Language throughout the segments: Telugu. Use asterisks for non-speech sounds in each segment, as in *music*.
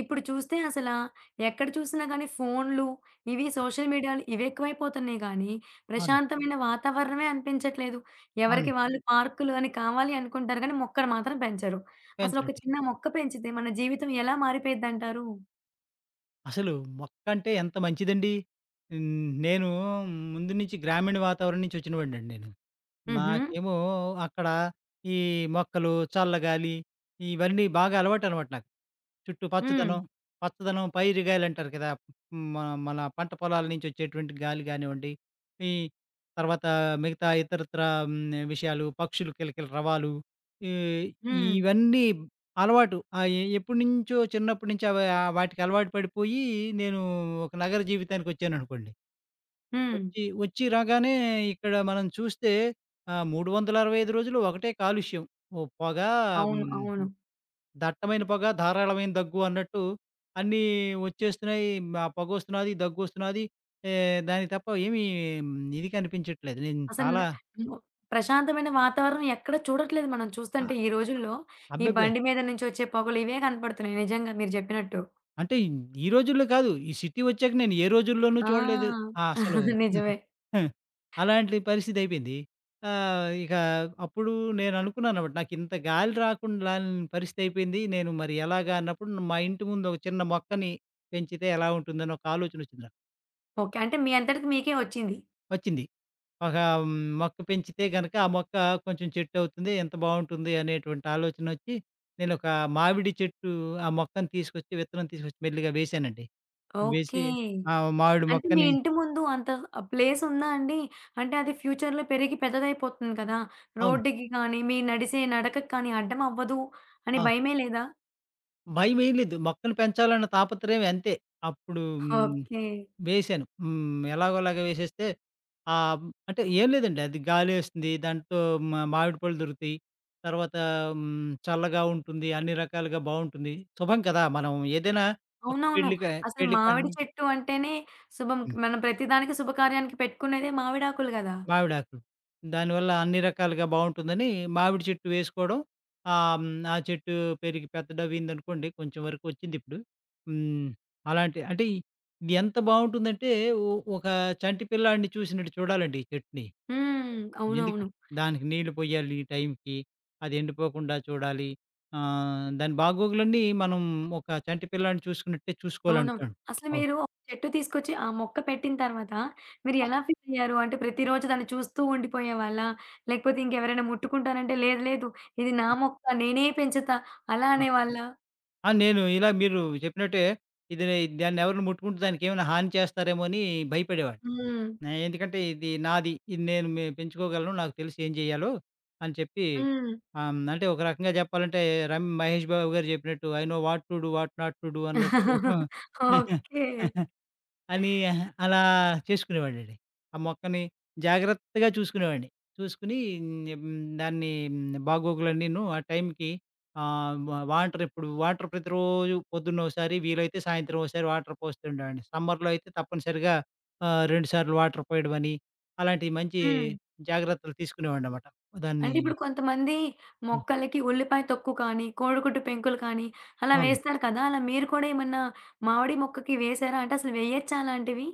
ఇప్పుడు చూస్తే అసలా ఎక్కడ చూసినా గానీ ఫోన్‌లు, ఇవి సోషల్ మీడియాలు ఇవెక్కువైపోతున్నాయి గానీ, అవును. ప్రశాంతమైన వాతావరణమే అనిపించట్లేదు. అవును. ఎవరికి వాళ్ళు పార్కులు అని కావాలి అనుకుంటారు గానీ, మొక్కలు మాత్రం పెంచరు. అసలొక పెంచరండి. చిన్న మొక్క పెంచితే మన జీవితం ఎలా మారిపోయిద్దంటారు? అసలు మొక్కంటే ఎంత మంచిదండి. హ్మ్. నేను ముందు నుంచి గ్రామీణ వాతావరణం నుంచి వచ్చినవాడినండి. హుహు. నాకేమో అక్కడ ఈ మొక్కలు, చల్లగాలి ఇవన్నీ బాగా అలవాటనమాట నాకు. చుట్టూ హ్మ్. పచ్చదనం, పచ్చదనం పైరుగాయలంటారు కదా! హ్మ్. మన మన పంట పొలాల నుంచి వచ్చేటువంటి గాలి గానివ్వండి, ఈ తర్వాత మిగతా ఇతరత్రా విషయాలు, పక్షులు కిలకిల రవాలు, ఈ హ్మ్. ఇవన్నీ అలవాటు. ఎప్పటినుంచో చిన్నప్పటి నుంచి అవి వాటికి అలవాటు పడిపోయి నేను ఒక నగర జీవితానికొచ్చాననుకోండి. హ్మ్. వచ్చి వచ్చి రాగానే ఇక్కడ మనం చూస్తే 365 రోజులు ఒకటే కాలుష్యం. ఓ పొగ, అవును. అవును. హ్మ్. దట్టమైన పొగ, ధారాళమైన దగ్గు అన్నట్టు అన్నీ వచ్చేస్తున్నాయి. ఆ పొగొస్తున్నది, దగ్గొస్తున్నది. ఏ దానికి తప్ప ఏమీ మ్, ఇది కనిపించట్లేదు. నేను అసలు న చాలా. మొ ప్రశాంతమైన వాతావరణం ఎక్కడ చూడట్లేదు మనం ఆ! చూస్తుంటే ఈ రోజుల్లో. ఈ అబ్బెబ్బే! బండి మీద నుంచొచ్చే పొగలు ఇవే కనపడుతున్నాయి నిజంగా మీరు జెప్పినట్టు. అంటే ఈ రోజుల్లో కాదు. ఈ సిటీ వచ్చాక నేను ఏ రోజుల్లోనూ ఆ! చూడలేదు. ఆ! అసలు *laughs* నిజమే. *laughs* అలాంటి పరిస్థితి అయిపోయింది. ఇక అప్పుడు నేననుకున్నానన్నమాట. నాకింత గాలి రాకుండా లాని పరిస్థితి అయిపోయింది. నేను మరి ఎలాగా అన్నప్పుడు మా ఇంటి ముందు ఒక చిన్న మొక్కని పెంచితే ఎలా ఉంటుందని ఒక ఆలోచన వచ్చింది నాకు. ఓకే. అంటే మీ అంతటికి మీకే వచ్చింది. వచ్చింది. ఒక మ్, మొక్క పెంచితే గనక ఆ మొక్క కొంచెం చెట్టు అవుతుంది. ఎంత బావుంటుంది అనేటువంటి ఆలోచనొచ్చి నేనొక మామిడి చెట్టు, ఆ మొక్కని తీసుకొచ్చి విత్తనం తీసుకొచ్చి మెల్లిగా వేశానండి. ఓకే. వేసి ఆ! మామిడి అంటే మీ మొక్కని. ఇంటి ముందు అంత ప్లేస్ ఉందా అండి? అంటే అది ఫ్యూచర్‌లో పెరిగి పెద్దదైపోతుంది కదా! అవును. రోడ్డుకి కానీ, మీరు నడిసే నడకకి కానీ అడ్డం అవ్వదు అని ఆ! భయమే లేదా? భయమేం లేదు. మొక్కను పెంచాలన్న తాపత్రయం అంతే. అప్పుడు ఓకే. వేశాను. ఎలాగోలాగా వేసేస్తే ఆహ్, అంటే ఏం లేదండి. అది గాలేస్తుంది. దాంట్లో మా మామిడి పళ్ళు దొరుకుతాయి. తర్వాత చల్లగా ఉంటుంది. అన్ని రకాలుగా బావుంటుంది. శుభం కదా! మనం ఏదైనా ఒక అవునవును. అసలు పెళ్లి మామిడి కానివ్వండి, చెట్టు అంటేనే శుభం. మనం ప్రతి దానికి శుభకార్యానికి పెట్టుకునేదే మామిడాకులు గదా! మామిడాకులు. దానివల్ల అన్ని రకాలుగా బావుంటుందని మామిడి చెట్టు వేసుకోవడం. ఆహ్, హ్మ్. ఆ చెట్టు పెరిగి పెద్దదవ్విందనుకోండి, కొంచెం వరకు వచ్చిందిప్పుడు. హ్మ్. అలాంటి అంటే ఇది ఎంత బావుంటుందంటే ఒ ఒక చంటి పిల్లాడిని చూసినట్టు చూడాలండి ఈ చెట్టుని. హ్మ్. ఎందుక అవునవును. దానికి నీళ్లు పొయ్యాలి టైంకి. అది ఎండిపోకుండా చూడాలి. దాని బాగోగులన్నీ మనం ఒక చంటి పిల్లాడిని చూసుకున్నట్టే అవునవును. చూసుకోవాలనుకోండి. అసలు అవును. మీరు ఒక చెట్టు తీసుకొచ్చి ఆ మొక్క పెట్టిన తర్వాత మీరు ఆ! ఎలా ఫీల్ అయ్యారు? అంటే ప్రతిరోజు దాన్ని చూస్తూ ఉండిపోయేవాళ్ళా? లేకపోతే ఇంకెవరైనా ముట్టుకుంటానంటే లేదు లేదు ఇది నా మొక్క నేనే పెంచుతా అలా ఆ! అనేవాళ్ళా? ఆ! నేను ఇలా మీరు చెప్పినట్టే ఇది దాన్నెవరైనా ముట్టుకుంటే దానికేమైనా హాని చేస్తారేమో అని భయపడేవాడిని. హ్మ్. ఎందుకంటే ఇది నాది. ఇది నేను మే పెంచుకోగలను. నాకు తెలుసు ఏం చేయాలో అని చెప్పి హ్మ్. అంటే ఒక రకంగా చెప్పాలంటే మహేష్ బాబు గారు చెప్పినట్టు I know what to do, what not to do అన్నట్టు. ఓకే. *laughs* అని అలా చేసుకునేవాడండి. ఆ మొక్కని జాగ్రత్తగా చూసుకునేవాడిని. చూసుకొని హ్మ్, దాన్ని బాగోగులన్నీను ఆ టైంకి వాటర్ ప్రతిరోజు పొద్దున్న ఒకసారి, వీలైతే సాయంత్రం ఒకసారి వాటర్ పోస్తుండేవాడిని. సమ్మర్‌లో అయితే తప్పనిసరిగా 2 సార్లు వాటర్ పోయడమని అలాంటి మంచి హ్మ్. జాగ్రత్తలు తీసుకునేవాడినన్నమాట. దాన్ని. అంటే ఇప్పుడు కొంతమంది హ్మ్. మొక్కలకి ఉల్లిపాయ తొక్కు కానీ, కోడిగుడ్డు పెంకులు కానీ అలా అవును. వేస్తారు కదా! అలా మీరు కూడా ఏమన్నా మామిడి మొక్కకి వేశారా? అంటే అసలు వేయొచ్చా అలాంటివి?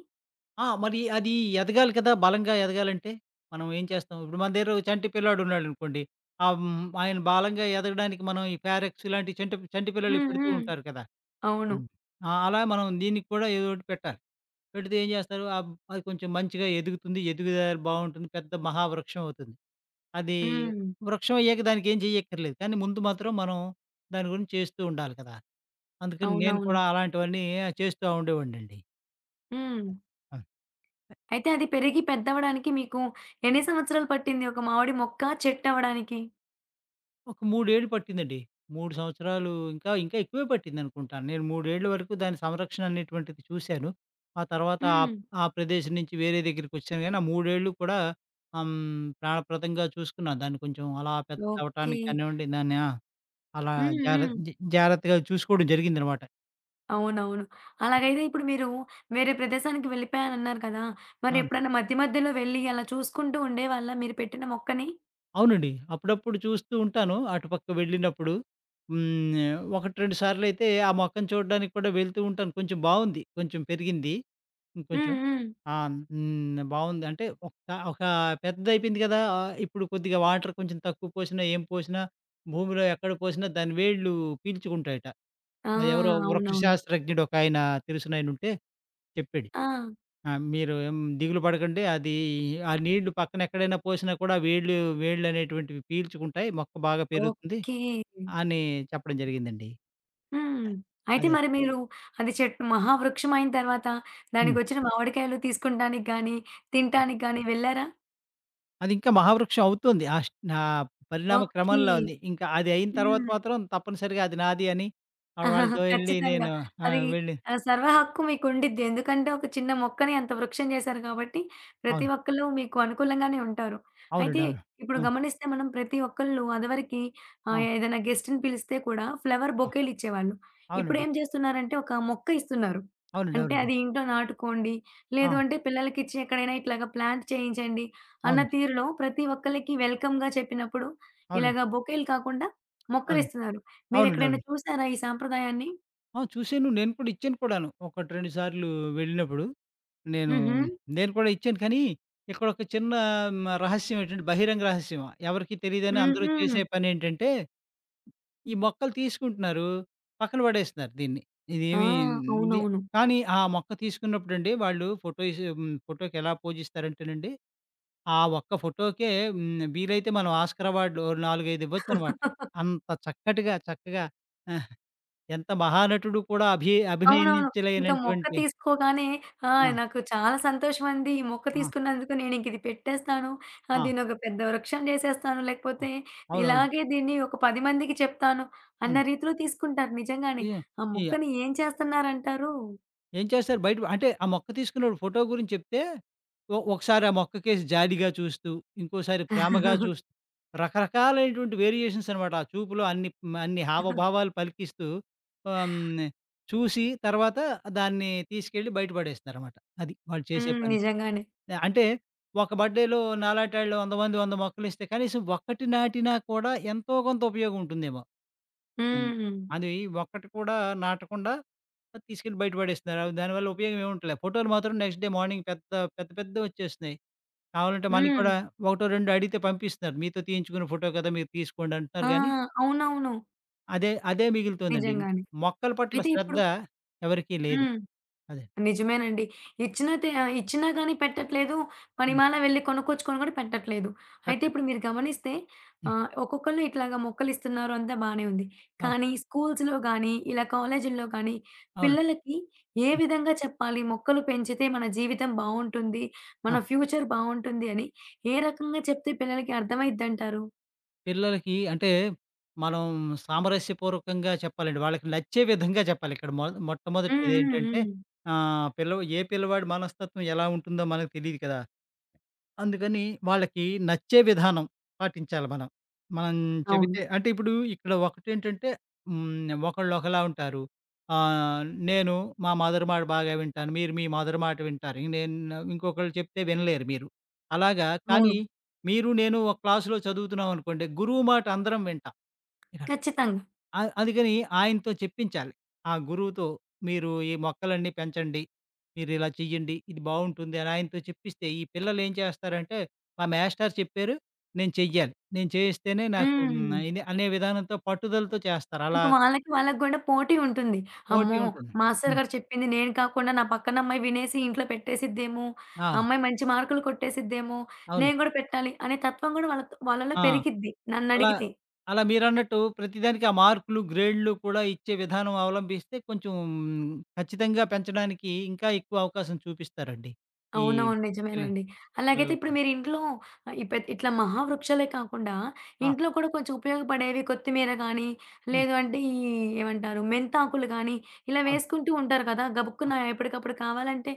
ఆ! మరి అది ఎదగాలి కదా! బలంగా ఎదగాలంటే మనం ఏం చేస్తాం? ఇప్పుడు మన దగ్గర ఒక చంటి పిల్లాడు ఉన్నాడనుకోండి. ఆయన బలంగా ఎదగడానికి మనం ఈ ఫారెక్స్ లాంటి చంటి చంటి పిల్లలు హ్మ్. పెడుతూ హ్మ్. ఉంటారు కదా! అవును. హ్మ్. ఆ! అలా మనం దీనికి కూడా ఏదో ఒకటి పెట్టాలి. పెడితే ఏం చేస్తారు? అది కొంచెం మంచిగా ఎదుగుతుంది. ఎదుగుదారి బావుంటుంది. పెద్ద మహావృక్షం అవుతుంది. అది హ్మ్. వృక్షం అయ్యాక దానికి ఏం చేయక్కర్లేదు. కానీ ముందు మాత్రం మనం దాని గురించి చేస్తూ ఉండాలి కదా! అందుకని నేను అవునవును. కూడా అలాంటివన్నీ చేస్తా ఉండేవాడినండి. హ్మ్. ఆ! అయితే అది పెరిగి పెద్దవ్వడానికి మీకు ఎన్ని సంవత్సరాలు పట్టింది? ఒక మామిడి మొక్క చెట్టవ్వడానికి? ఒక మూడేళ్ళు పట్టిందండి. 3 సంవత్సరాలు ఇంకా, ఇంకా ఎక్కువే పట్టిందనుకుంటాను. నేను మూడేళ్ళ వరకు దాని సంరక్షణ అనేటువంటిది చూశాను. ఆ తర్వాత హ్మ్. ఆ ప్రదేశం నుంచి వేరే దగ్గరికొచ్చాను గానీ, ఆ 3 ఏళ్ళు కూడా ప్రాణప్రదంగా చూసుకున్నాను. దాన్ని కొంచెం అలా ఓకే. పెద్దదవ్వటానికి కానివ్వండి, దాన్ని ఆ! అలా హ్మ్. జార హ్మ్. జ జాగ్రత్తగా చూసుకోవడం జరిగిందనమాట. అవునవును. అలాగైతే ఇప్పుడు మీరు వేరే ప్రదేశానికి వెళ్ళిపోయానన్నారు కదా! మరి అవును. ఎప్పుడైనా మధ్య మధ్యలో వెళ్ళి అలా చూసుకుంటూ ఉండేవాళ్ళా మీరు పెట్టిన మొక్కని? అవునండి. అప్పుడప్పుడు చూస్తూ ఉంటాను, అటుపక్క వెళ్ళినప్పుడు. హ్మ్. 1, 2 సార్లయితే ఆ మొక్కని చూడడానికి కూడా వెళ్తూ ఉంటాను. కొంచెం బావుంది. కొంచెం పెరిగింది. హ్మ్. ఇంకొంచెం. హ్మ్. ఆ! హ్మ్. బావుంది. అంటే ఒక ఒక పెద్దదయిపోయింది కదా! ఇప్పుడు కొద్దిగా వాటర్ కొంచెం తక్కువ పోసినా, ఏం పోసినా, భూమిలో ఎక్కడ పోసినా దాని వేళ్ళు పీల్చుకుంటాయట. ఆ! అది ఎవరో వృక్ష అవునవును. శాస్త్రజ్ఞుడు ఒకాయన తెలిసినాయనుంటే చెప్పాడు. ఆ! ఆ! "మీరు ఏం దిగులు పడకండి. అది ఆ నీళ్లు పక్కన ఎక్కడైనా పోసినా కూడా వేళ్ళు వేళ్ళనేటువంటివి పీల్చుకుంటాయి. మొక్క బాగా పెరుగుతుంది" ఓకే. అని చెప్పడం జరిగిందండి. హ్మ్. అయితే అదే. మరి మీరు అది చెట్టు మహావృక్షం అయిన తర్వాత హ్మ్. దానికొచ్చిన మామిడికాయలు తీసుకుంటానికి గాని, తింటానికి గాని వెళ్లారా? అదింకా మహావృక్షం అవుతుంది. ఆ ష్ నా పరిణామ ఓకే. క్రమంలో ఉంది. ఇంకా అది అయిన తర్వాత హ్మ్. మాత్రం తప్పనిసరిగా అది నాది అని వాళ్ళతో *laughs* ఎళ్ళి ఖచ్చితంగా. నేను ఆ! అది వెళ్ళి. సర్వ హక్కు మీకుండిద్ది. ఎందుకంటే ఒక చిన్న మొక్కని అంత వృక్షం చేశారు కాబట్టి, ప్రతి అవును. ఒక్కళ్ళు మీకు అనుకూలంగానే ఉంటారు. అయితే అవునండి. అవును. ఇప్పుడు గమనిస్తే మనం ప్రతి ఒక్కళ్ళు అదివరకి ఆ! ఆ! ఏదైనా గెస్ట్‌ని పిలిస్తే కూడా ఫ్లవర్ ఆ! బొకేలు ఇచ్చేవాళ్ళు. అవునండి. ఇప్పుడేం చేస్తున్నారంటే ఒక మొక్క ఇస్తున్నారు. అవునండి. అంటే అవునండి. అది ఇంట్లో నాటుకోండి, ఆ! లేదు అంటే పిల్లలకిచ్చి ఎక్కడైనా ఇట్లాగా ప్లాంట్ చేయించండి అన్న అవునండి. తీరులో ప్రతి ఒక్కళ్ళకి వెల్కమ్‌గా చెప్పినప్పుడు అవునండి. ఇలాగ బొకేలు కాకుండా అవునండి. మొక్కలిస్తున్నారు. అవునండి. మీరెక్కడైనా అవునండి. చూసారా ఈ సాంప్రదాయాన్ని? ఆ! చూసాను. నేను కూడా ఇచ్చాను కూడాను. ఒకటి, 2 సార్లు వెళ్ళినప్పుడు నేను, హుహు. నేను కూడా ఇచ్చాను. కానీ ఇక్కడ ఒక చిన్న రహస్యం ఏంటంటే బహిరంగ రహస్యం. ఎవరికీ తెలీదని అందరూ హుహు. చేసే పనేంటంటే ఈ మొక్కలు తీసుకుంటున్నారు. పక్కన పడేస్తున్నారు దీన్ని. ఆ! ఇదేమి ది అవునవును. కానీ ఆ మొక్క తీసుకున్నప్పుడండి వాళ్ళు ఫోటో ఇస్ హ్మ్. ఫోటోకి ఎలా పోజ్ ఇస్తారంటేనండి, ఆ ఒక్క ఫోటోకే వీలైతే మనం ఆస్కార్ అవార్డులు ఓ 4, 5 ఇవ్వొచ్చనమాట. అంత చక్కటిగా, చక్కగా, ఆహ్, ఎంత మహానటుడు కూడా అవునవును. ఇక మొక్క అభినందించలేనటువంటి. తీసుకోగానే ఆ! ఆ! నాకు చాలా సంతోషమండి. ఈ మొక్క ఆ! తీసుకున్నందుకు నేనింక ఇది పెట్టేస్తాను. ఆ! దీన్నొక పెద్ద వృక్షం చేసేస్తాను. ఆ! లేకపోతే అవునవును. ఇలాగే దీన్ని ఒక 10 మందికి చెప్తాను అన్న అవును. రీతిలో తీసుకుంటారు నిజంగానే. ఈ ఆ ఈ మొక్కని ఏం చేస్తున్నారంటారు? ఏం చేస్తారు బయట అంటే ఆ మొక్క తీసుకున్నోడు ఫోటో గురించి చెప్తే, ఒకసారి ఆ మొక్కకేసి జాలిగా చూస్తూ, ఇంకోసారి ప్రేమగా చూస్తూ, రకరకాలైనటువంటి వేరియేషన్స్ అనమాట. ఆ చూపులో అన్ని హావభావాలు పలికిస్తూ ఆహ్, హ్మ్, చూసి తర్వాత దాన్ని తీసుకెళ్ళి బయట పడేస్తారనమాట. అది వాళ్ళు చేసే హ్మ్. పని. నిజంగానే. అంటే ఒక బర్త్‌డేలో నాలాటాళ్ళు 100 మంది 100 మొక్కలిస్తే కనీసం ఒక్కటి నాటినా కూడా ఎంతో కొంత ఉపయోగం ఉంటుందేమో! హ్మ్. హ్మ్. అది ఒక్కటి కూడా నాటకుండా అది తీసుకెళ్ళి బయట పడేస్తున్నారు. అవి దానివల్ల ఉపయోగం ఏమి ఉండట్లే. ఫోటోలు మాత్రం నెక్స్ట్ డే మార్నింగ్ పెద్ద పెద్ద పెద్దవొచ్చేస్తున్నాయి. కావాలంటే మనకి హ్మ్. కూడా ఒకటో రెండో అడిగితే పంపిస్తున్నారు. మీతో తీయించుకున్న ఫోటో కదా! మీరు తీసుకోండి అంటున్నారు ఆ! గానీ, అవునవును. అదే అదే మిగులుతోందండి. నిజంగానే. మొక్కల పట్ల అయితే ఇప్పుడు శ్రద్ధ ఎవరికీ లేదు. హ్మ్. అదే. నిజమేనండి. ఇచ్చిన తే ఇచ్చినా గాని పెట్టట్లేదు. హ్మ్. పనిమాలా వెళ్లి కొనుక్కొచ్చుకొని కూడా పెట్టట్లేదు. అయితే కరెక్ట్. ఇప్పుడు మీరు గమనిస్తే హ్మ్. ఒక్కొక్కళ్ళు ఇట్లాగా మొక్కలిస్తున్నారు అంతా బానే ఉంది. అవును. కానీ స్కూల్స్‌లో గాని, ఇలా కాలేజీల్లో గాని అవును. పిల్లలకి ఏ హ్మ్. విధంగా చెప్పాలి? మొక్కలు పెంచితే మన జీవితం బావుంటుంది. ఆ! మన ఫ్యూచర్ బావుంటుంది అని ఏ రకంగా చెప్తే పిల్లలకి అర్థమైద్దంటారు? పిల్లలకి అంటే మనం సామరస్యపూర్వకంగా చెప్పాలండి. వాళ్ళకి నచ్చే విధంగా చెప్పాలి. ఇక్కడ హ్మ్. మొట్టమొదటిది హ్మ్. ఏంటంటే హ్మ్. ఆహ్, పిల్ల ఏ పిల్లవాడి మనస్తత్వం ఎలా ఉంటుందో మనకు తెలీదు కదా! అందుకని వాళ్ళకి నచ్చే విధానం పాటించాలి మనం. మనం అవును. చెబితే అంటే ఇప్పుడు ఇక్కడ ఒకటేంటంటే హ్మ్. ఒకళ్ళు ఒకలా ఉంటారు. ఆహ్, నేను మా మదర్ మాట బాగా వింటాను. మీరు మీ మదర్ మాట వింటారు. ఇంక నేను ఇంకొకళ్ళు చెప్తే వినలేరు మీరు. అలాగా అవును. కానీ మీరు నేను ఒక క్లాస్‌లో చదువుతున్నాం అనుకోండి. గురువు మాట అందరం వింటాం. ఇక్కడ ఖచ్చితంగా. అందుకని ఆయనతో చెప్పించాలి. ఆ గురువుతో మీరు ఈ మొక్కలన్నీ పెంచండి. మీరిలా చెయ్యండి. ఇది బావుంటుంది అని ఆయనతో చెప్పిస్తే ఈ పిల్లలేం చేస్తారంటే, మా మేస్టారు చెప్పారు. నేను చెయ్యాలి. నేను చేయిస్తేనే నాకు హ్మ్. ఇది అనే విధానంతో పట్టుదలతో చేస్తారు. అలా ఇంక వాళ్ళకి వాళ్ళకి గూడా పోటీ ఉంటుంది. పోటీ అమ్మో! ఉంటుంది. మాస్టర్ హ్మ్. గారు చెప్పింది నేను కాకుండా నా పక్కన అమ్మాయి వినేసి ఇంట్లో పెట్టేసిద్దేమో! ఆ ఆ! అమ్మాయి మంచి మార్కులు కొట్టేసిద్దేమో! అవును. నేను గూడా పెట్టాలి అనే తత్వం గూడా వాళ్ళలో ఆ! పెరిగిద్ది అలా నన్నడిగితే. అలా మీరన్నట్టు ప్రతిదానికి ఆ మార్కులు, గ్రేడ్‌లు కూడా ఇచ్చే విధానం అవలంబిస్తే కొంచెం ఖచ్చితంగా పెంచడానికి ఇంకా ఎక్కువ అవకాశం చూపిస్తారండి. ఈ అవునవును. పిల్ల నిజమేనండి. అలాగైతే పిల్లలు. ఇప్పుడు మీరింట్లో ఇట్లా మహావృక్షాలే కాకుండా ఆ! ఇంట్లో కూడా కొంచెం ఉపయోగపడేవి కొత్తిమీర గానీ, హ్మ్. లేదు అంటే ఏమంటారు మెంతాకులు గానీ, ఇలా అవును. వేసుకుంటూ ఉంటారు కదా! ఆ! గబుక్కున ఎప్పటికప్పుడు కావాలంటే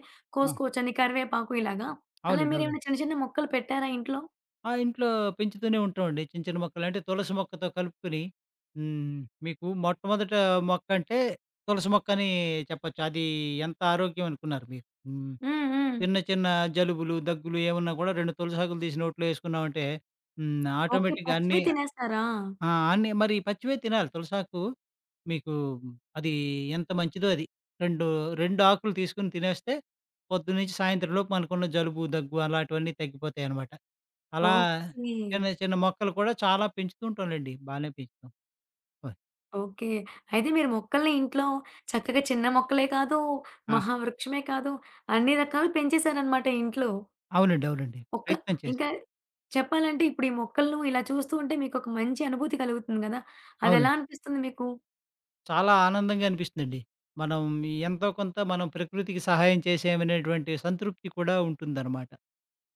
ఆ! కోసుకోవచ్చని కరివేపాకు ఇలాగా. అలా అవునండి. మీరేమైనా అవునండి. చిన్న చిన్న మొక్కలు పెట్టారా ఇంట్లో? ఆ! ఇంట్లో పెంచుతూనే ఉంటామండి. చిన్న, చిన్న మొక్కలు అంటే తులసి మొక్కతో కలుపుకొని హ్మ్. మీకు మొట్టమొదట మొక్క అంటే తులసి మొక్కని చెప్పొచ్చు. అది ఎంత ఆరోగ్యం అనుకున్నారు మీరు. హ్మ్. హ్మ్. హ్మ్. చిన్న, చిన్న జలుబులు, దగ్గులు ఏమున్నా కూడా 2 తులసాకులు తీసి నోట్లో ఏసుకున్నామంటే హ్మ్. ఓకే. ఆటోమేటిక్‌గా పచ్చివి అన్నీ. తినేస్తారా? ఆ! అన్నీ మరి పచ్చివే తినాలి. తులసాకు మీకు అది ఎంత మంచిదో అది. 2, 2 ఆకులు తీసుకొని తినేస్తే పొద్దున్నుంచి సాయంత్రం లోపు మనకున్న జలుబు, దగ్గు అలాంటివన్నీ తగ్గిపోతాయనమాట. అలా ఓకే. చిన్న, చిన్న మొక్కలు కూడా చాలా పెంచుతూ ఉంటాంలెండి. బానే పెంచుతాం. ఓహ్! ఓకే. అయితే మీరు మొక్కల్ని ఇంట్లో చక్కగా చిన్న మొక్కలే కాదు, ఆ! మహావృక్షమే కాదు, అన్ని రకాలు పెంచేసారనమాట ఇంట్లో. అవునండి. అవునండి. ఒక్క ప్రయత్నం ఇంకా చేశాను. చెప్పాలంటే ఇప్పుడు ఈ మొక్కలను ఇలా చూస్తూ ఉంటే మీకొక మంచి అనుభూతి కలుగుతుంది గదా! అదెలా అవునండి. అనిపిస్తుంది మీకు? చాలా ఆనందంగా అనిపిస్తుందండి. మనం ఎంతో కొంత మనం ప్రకృతికి సహాయం చేసామనేటువంటి సంతృప్తి కూడా ఉంటుందనమాట.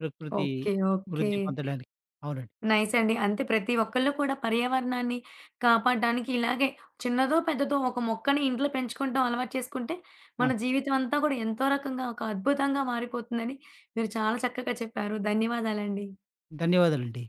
ప్రకృతి ఓకే. ఓకే. వృద్ధి పొందడానికి. అవునండి. నైస్ అండి. అంతే ప్రతి ఒక్కళ్ళు కూడా పర్యావరణాన్ని కాపాడడానికి ఇలాగే చిన్నదో, పెద్దదో ఒక మొక్కని ఇంట్లో పెంచుకుంటాం అలవాటు చేసుకుంటే, ఆ! మన జీవితం అంతా కూడా ఎంతో రకంగా ఒక అద్భుతంగా మారిపోతుందని మీరు చాలా చక్కగా చెప్పారు. ధన్యవాదాలండి. ధన్యవాదాలండి.